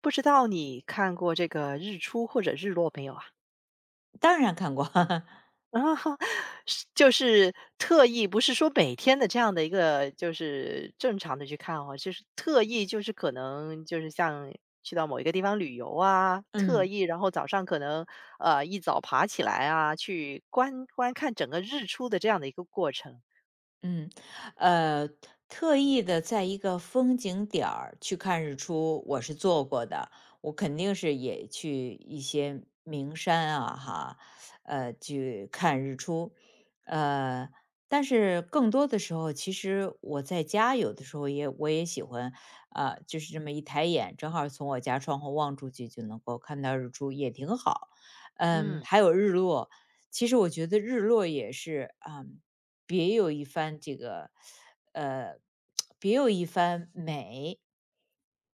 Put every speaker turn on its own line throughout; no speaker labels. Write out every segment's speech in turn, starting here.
不知道你看过这个日出或者日落没有啊？
当然看过，
啊，是就是特意不是说每天的这样的一个就是正常的去看哦，就是特意就是可能就是像去到某一个地方旅游啊，特
嗯。
意然后早上可能，一早爬起来啊，去观看整个日出的这样的一个过程。
嗯，呃，特意的在一个风景点儿去看日出，我是做过的。我肯定是也去一些名山啊，哈，去看日出。呃，但是更多的时候，其实我在家有的时候也喜欢，就是这么一抬眼，正好从我家窗户望出去就能够看到日出，也挺好。嗯，
嗯，
还有日落。其实我觉得日落也是啊,别有一呃，番美。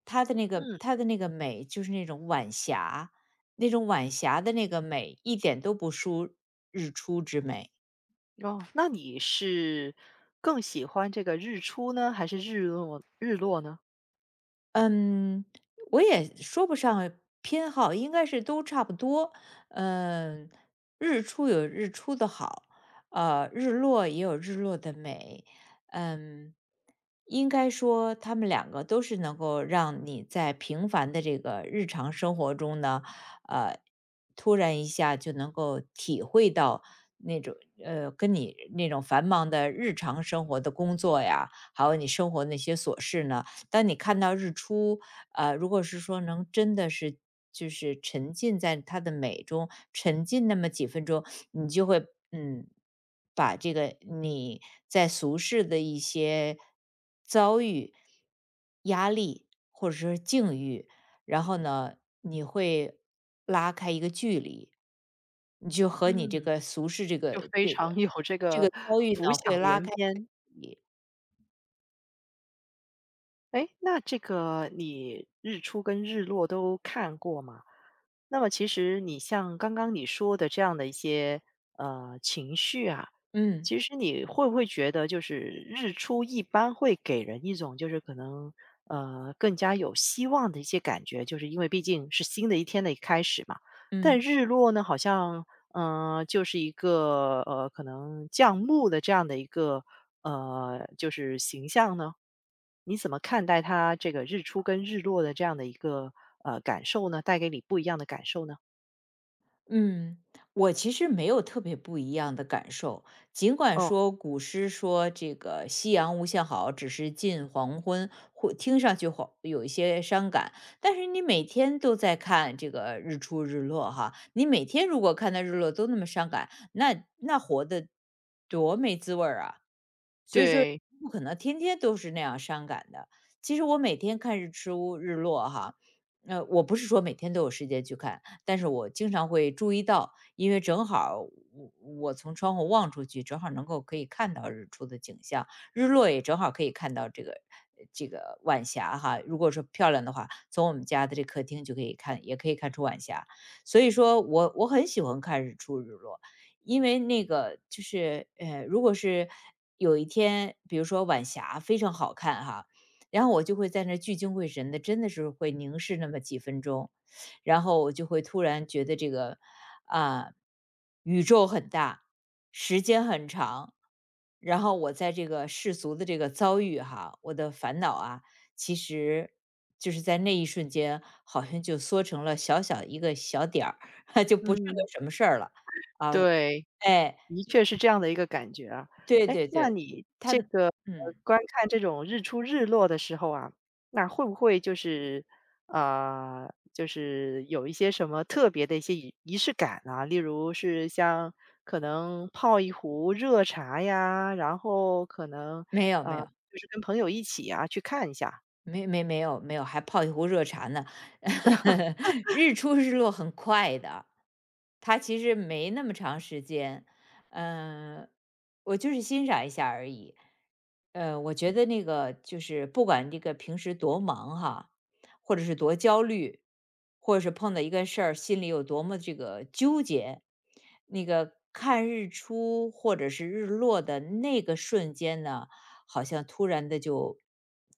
嗯，
她的那个美就是那种晚霞，那种晚霞的那个美，一点都不输日出之美。
哦，那你是更喜欢这个日出呢，还是日落呢？
嗯，我也说不上偏好，应该是都差不多。嗯，日出有日出的好，日落也有日落的美。嗯，应该说他们两个都是能够让你在平凡的这个日常生活中呢，呃，突然一下就能够体会到那种跟你那种繁忙的日常生活的工作呀，还有你生活那些琐事呢。当你看到日出，如果是说能真的是就是沉浸在它的美中，沉浸那么几分钟，你就会嗯，把这个你在俗世的一些遭遇、压力或者是境遇，然后呢，你会拉开一个距离，你就和你这
嗯。
个俗世这
就
个
非
这
常
个
有这
这
个
个遭遇
浮
呢，会
想
拉
联
开一个
翩。
距离。
哎，那这个你日出跟日落都看过吗？那么其实你像刚刚你说的这样的一些情绪啊，
嗯
其实你会不会觉得就是日出一般会给人一种就是可能更加有希望的一些感觉，就是因为毕竟是新的一天的开始嘛。但
嗯。
日落呢，好像就是一个可能降幕的这样的一个就是形象呢。你怎么看待它这个日出跟日落的这样的一个感受呢？带给你不一样的感受呢？
嗯，我其实没有特别不一样的感受，尽管
哦，
说古诗说这个“夕阳无限好，只是近黄昏”，会听上去好有一些伤感，但是你每天都在看这个日出日落哈，你每天如果看到日落都那么伤感，那活得多没滋味儿啊！
对，
不可能天天都是那样伤感的。其实我每天看日出日落哈，我不是说每天都有时间去看，但是我经常会注意到，因为正好我从窗户望出去，正好能够可以看到日出的景象，日落也正好可以看到这个晚霞哈。如果说漂亮的话，从我们家的这客厅就可以看，也可以看出晚霞。所以说我很喜欢看日出日落，因为那个就是，如果是有一天，比如说晚霞非常好看哈，然后我就会在那儿聚精会神的，真的是会凝视那么几分钟，然后我就会突然觉得这个啊、宇宙很大，时间很长，然后我在这个世俗的这个遭遇哈，我的烦恼啊，其实就是在那一瞬间，好像就缩成了小小一个小点儿，就不是个
嗯，
什么事儿了。啊，
对，
哎，
的确是这样的一个感觉啊。
对
哎，
对
那
对，
你
他，
这个
嗯，
观看这种日出日落的时候啊，那会不会就是就是有一些什么特别的一些仪式感啊？例如是像可能泡一壶热茶呀，然后可能
没有没
呃，
有，
就是跟朋友一起啊去看一下。
没有没有，还泡一壶热茶呢。日出日落很快的，它其实没那么长时间。嗯、我就是欣赏一下而已。我觉得那个就是不管这个平时多忙哈，或者是多焦虑，或者是碰到一个事儿心里有多么这个纠结，那个看日出或者是日落的那个瞬间呢，好像突然的就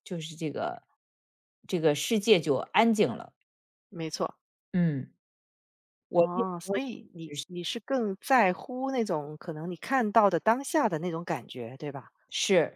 就是这个世界就安静了。
没错，
嗯，我那个
哦，
时
所
候
以你是更在乎那种可能你看到的当下的那种感觉，对吧？
是，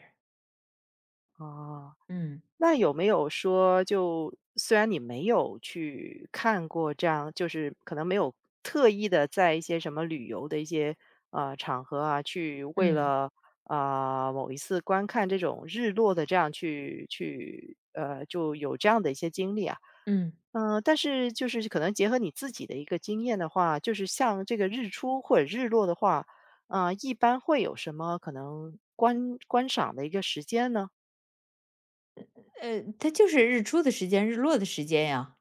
哦，
嗯
那有没有说就虽然你没有去看过这样，就是可能没有特意的在一些什么旅游的一些，呃，场合啊，去为
嗯
了，啊，某一次观看这种日落的这样去，就有这样的一些经历啊？
嗯，
嗯，但是就是可能结合你自己的一个经验的话，就是像这个日出或者日落的话，啊，一般会有什么可能观赏的一个时间呢？
它就是日出的时间，日落的时间呀。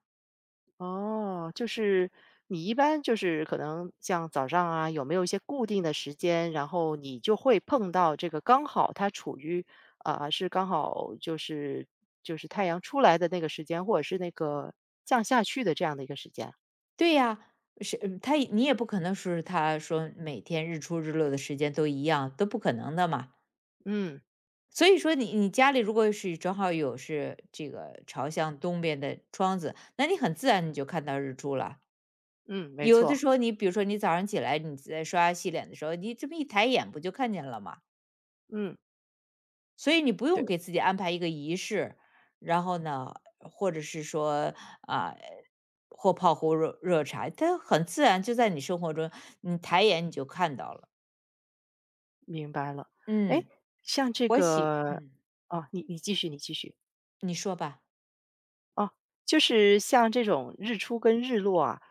哦，就是你一般就是可能像早上啊，有没有一些固定的时间，然后你就会碰到这个刚好它处于啊、是刚好就是就是太阳出来的那个时间，或者是那个降下去的这样的一个时间。
对呀，它你也不可能说他说每天日出日落的时间都一样，都不可能的嘛。
嗯
所以说你家里如果是正好有是这个朝向东边的窗子，那你很自然你就看到日出了。
嗯，没
有的
错，
时候你比如说你早上起来你在刷牙洗脸的时候，你这么一抬眼不就看见了吗？
嗯，
所以你不用
对。
给自己安排一个仪式，然后呢，或者是说啊、或泡壶热热茶，它很自然就在你生活中，你抬眼你就看到了。
明白了。哎，
嗯，
像这
我喜
个
嗯，
哦，你你继续，你继续。
你说吧，
哦，就是像这种日出跟日落啊，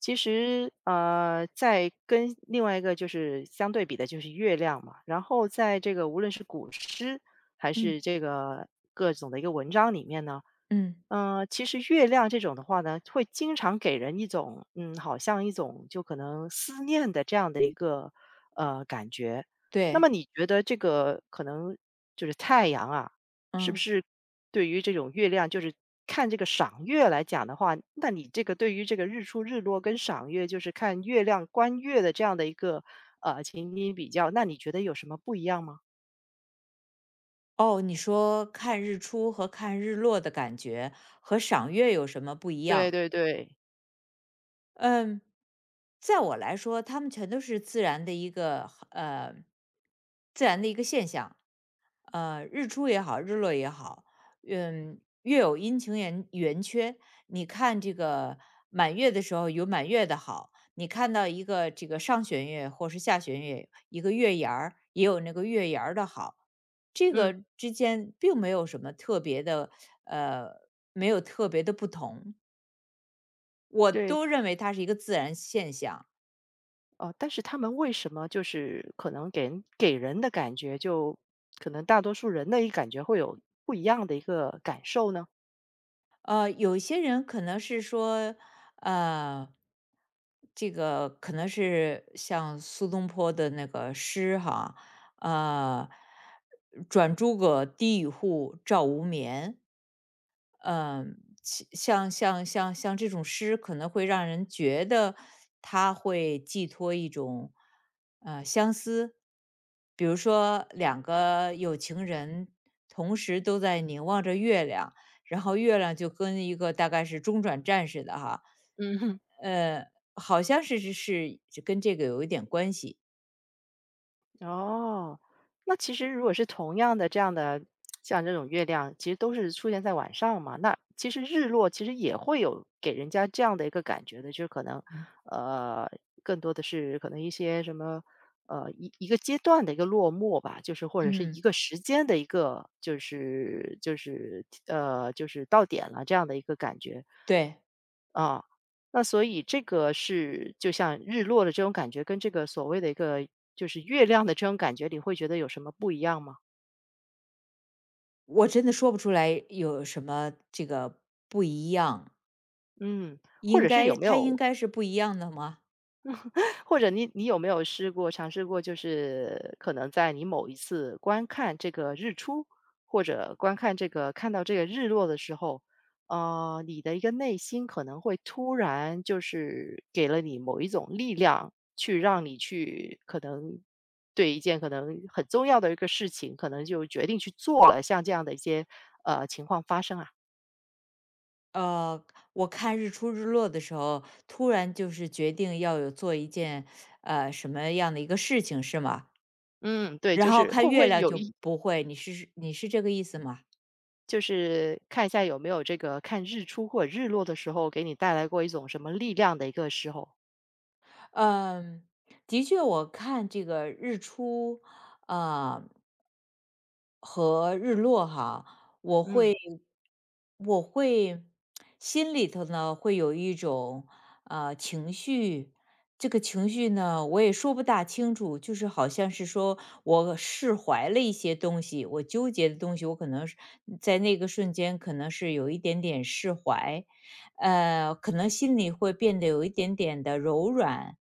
其实，在跟另外一个就是相对比的就是月亮嘛，然后在这个无论是古诗还
嗯
是这个各种的一个文章里面呢，
嗯，
嗯，其实月亮这种的话呢，会经常给人一种，嗯，好像一种就可能思念的这样的一个感觉。那
对，
么你觉得这个可能就是太阳啊，是不
嗯。
是对于这种月亮，就是看这个赏月来讲的话，那你这个对于这个日出日落跟赏月，就是看月亮观月的这样的一个情景比较，那你觉得有什么不一样吗？
哦，你说看日出和看日落的感觉和赏月有什么不一
对
样？
对对，
嗯，在我来说，他们全都是自然的一个自然的一个现象，日出也好，日落也好，嗯，月有阴晴圆圆缺。你看这个满月的时候有满月的好，你看到一个这个上弦月或是下弦月，一个月牙儿也有那个月牙儿的好，这
嗯，
个之间并没有什么特别的，呃，没有特别的不同。我
对。
都认为它是一个自然现象。
哦，但是他们为什么就是可能给人给人的感觉就可能大多数人的一感觉会有不一样的一个感受呢？
有一些人可能是说，呃，这个可能是像苏东坡的那个诗哈，呃，转朱阁，低绮户，照无眠。嗯，像这种诗，可能会让人觉得它会寄托一种相思。比如说，两个有情人同时都在凝望着月亮，然后月亮就跟一个大概是中转站似的哈，
嗯。
呃，好像是跟这个有一点关系。
哦，那其实如果是同样的这样的，像这种月亮，其实都是出现在晚上嘛。那其实日落其实也会有给人家这样的一个感觉的，就是可能，呃，更多的是可能一些什么，一个阶段的一个落寞吧，就是或者是
嗯，
一个时间的一个，就是到点了这样的一个感觉
对，
啊。那所以这个是就像日落的这种感觉，跟这个所谓的一个就是月亮的这种感觉，你会觉得有什么不一样吗？
我真的说不出来有什么这个不一样，
嗯，或
应
者是
该
有没
它应
有
该是不一样的吗？
或者你有没有试过尝试过，就是可能在你某一次观看这个日出，或者观看这个看到这个日落的时候，你的一个内心可能会突然就是给了你某一种力量，去让你去可能对一件可能很重要的一个事情，可能就决定去做了，像这样的一些情况发生啊。
呃，我看日出日落的时候，突然就是决定要有做一件什么样的一个事情，是吗？
嗯，对，
然
就
后
是
看
会不
月
会
亮
有
就
一
不会，你是这个意思吗？
就是看一下有没有这个看日出或者日落的时候，给你带来过一种什么力量的一个时候。
嗯，的确，我看这个日出，啊、和日落哈，我
嗯
会我会心里头呢，会有一种，情绪。这个情绪呢，我也说不大清楚，就是好像是说我释怀了一些东西，我纠结的东西，我可能是在那个瞬间可能是有一点点释怀，可能心里会变得有一点点的柔软。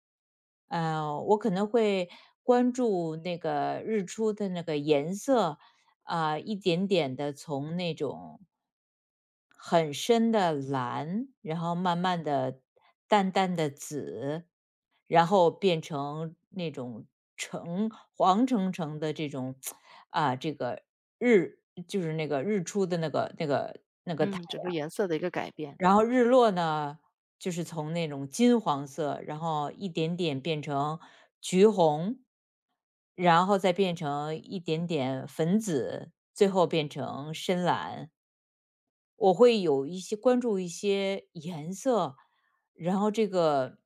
我可能会关注那个日出的那个颜色，一点点的从那种很深的蓝，然后慢慢的淡淡的紫，然后变成那种橙黄橙橙的这种 啊、这个日就是那个日出的那个那个
嗯，整个颜色的一个改变。
然后日落呢，就是从那种金黄色，然后一点点变成橘红，然后再变成一点点粉紫，最后变成深蓝。我会有一些关注一些颜色，然后这个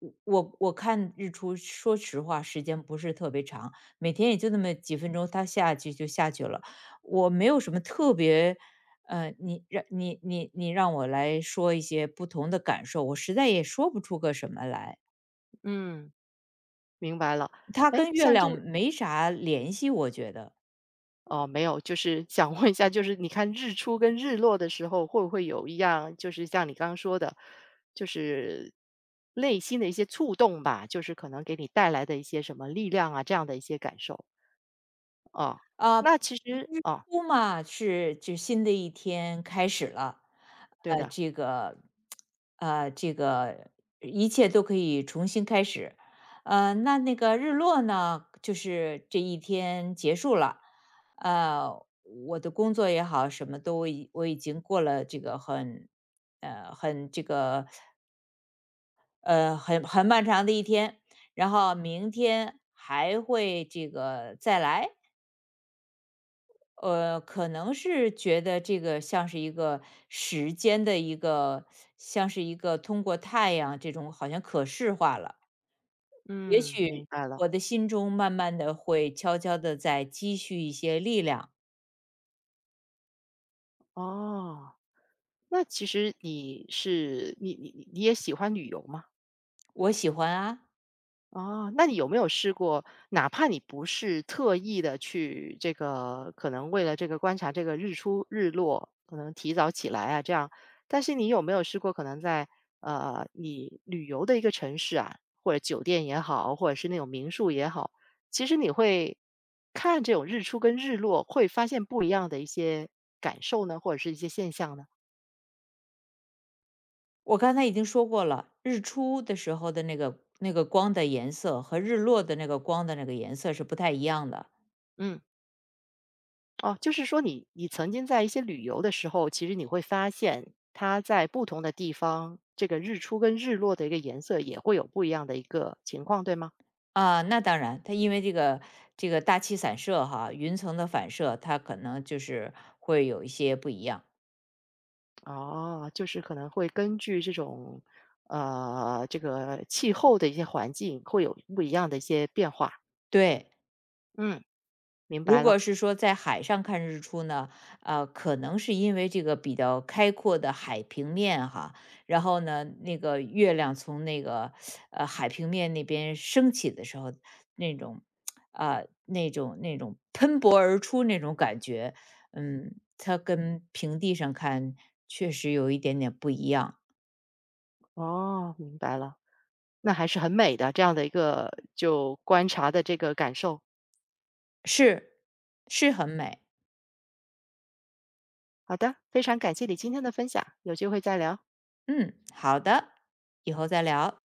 我我看日出，说实话时间不是特别长，每天也就那么几分钟，它下去就下去了。我没有什么特别，你让你你你让我来说一些不同的感受，我实在也说不出个什么来。
嗯，明白了。
它
哎，
跟月
像这
亮没啥联系，我觉得。
哦，没有，就是想问一下，就是你看日出跟日落的时候，会不会有一样，就是像你刚刚说的，就是内心的一些触动吧，就是可能给你带来的一些什么力量啊，这样的一些感受。哦，
啊，
那其
日
实哦，
出嘛，是就新的一天开始了，
对
呃，
的，
这个，这个一切都可以重新开始。那个日落呢，就是这一天结束了，呃，我的工作也好，什么都已我已经过了这个很，呃，很这个，很很漫长的一天，然后明天还会这个再来。可能是觉得这个像是一个时间的一个像是一个通过太阳这种好像可视化了。也
嗯，明
许
白了。
我的心中慢慢的会悄悄的在积蓄一些力量。
哦。那其实你是你你你你也喜欢旅游吗？
我喜欢啊，
哦，那你有没有试过，哪怕你不是特意的去这个可能为了这个观察这个日出日落，可能提早起来啊这样，但是你有没有试过可能在，你旅游的一个城市啊，或者酒店也好，或者是那种民宿也好，其实你会看这种日出跟日落，会发现不一样的一些感受呢，或者是一些现象呢？
我刚才已经说过了，日出的时候的那个那个光的颜色和日落的那个光的那个颜色是不太一样的。
嗯。哦，就是说你你曾经在一些旅游的时候，其实你会发现它在不同的地方，这个日出跟日落的一个颜色也会有不一样的一个情况，对吗？
啊，那当然，它因为这个大气散射哈，云层的反射，它可能就是会有一些不一样。
哦，就是可能会根据这种这个气候的一些环境，会有不一样的一些变化。
对，
嗯，明
如
白
果
了。
是说在海上看日出呢，可能是因为这个比较开阔的海平面哈，然后呢，那个月亮从那个海平面那边升起的时候，那种那种喷薄而出那种感觉，嗯，它跟平地上看确实有一点点不一样，
哦，明白了，那还是很美的这样的一个就观察的这个感受。
是是很美，
好的，非常感谢你今天的分享，有机会再聊。
嗯，好的，以后再聊。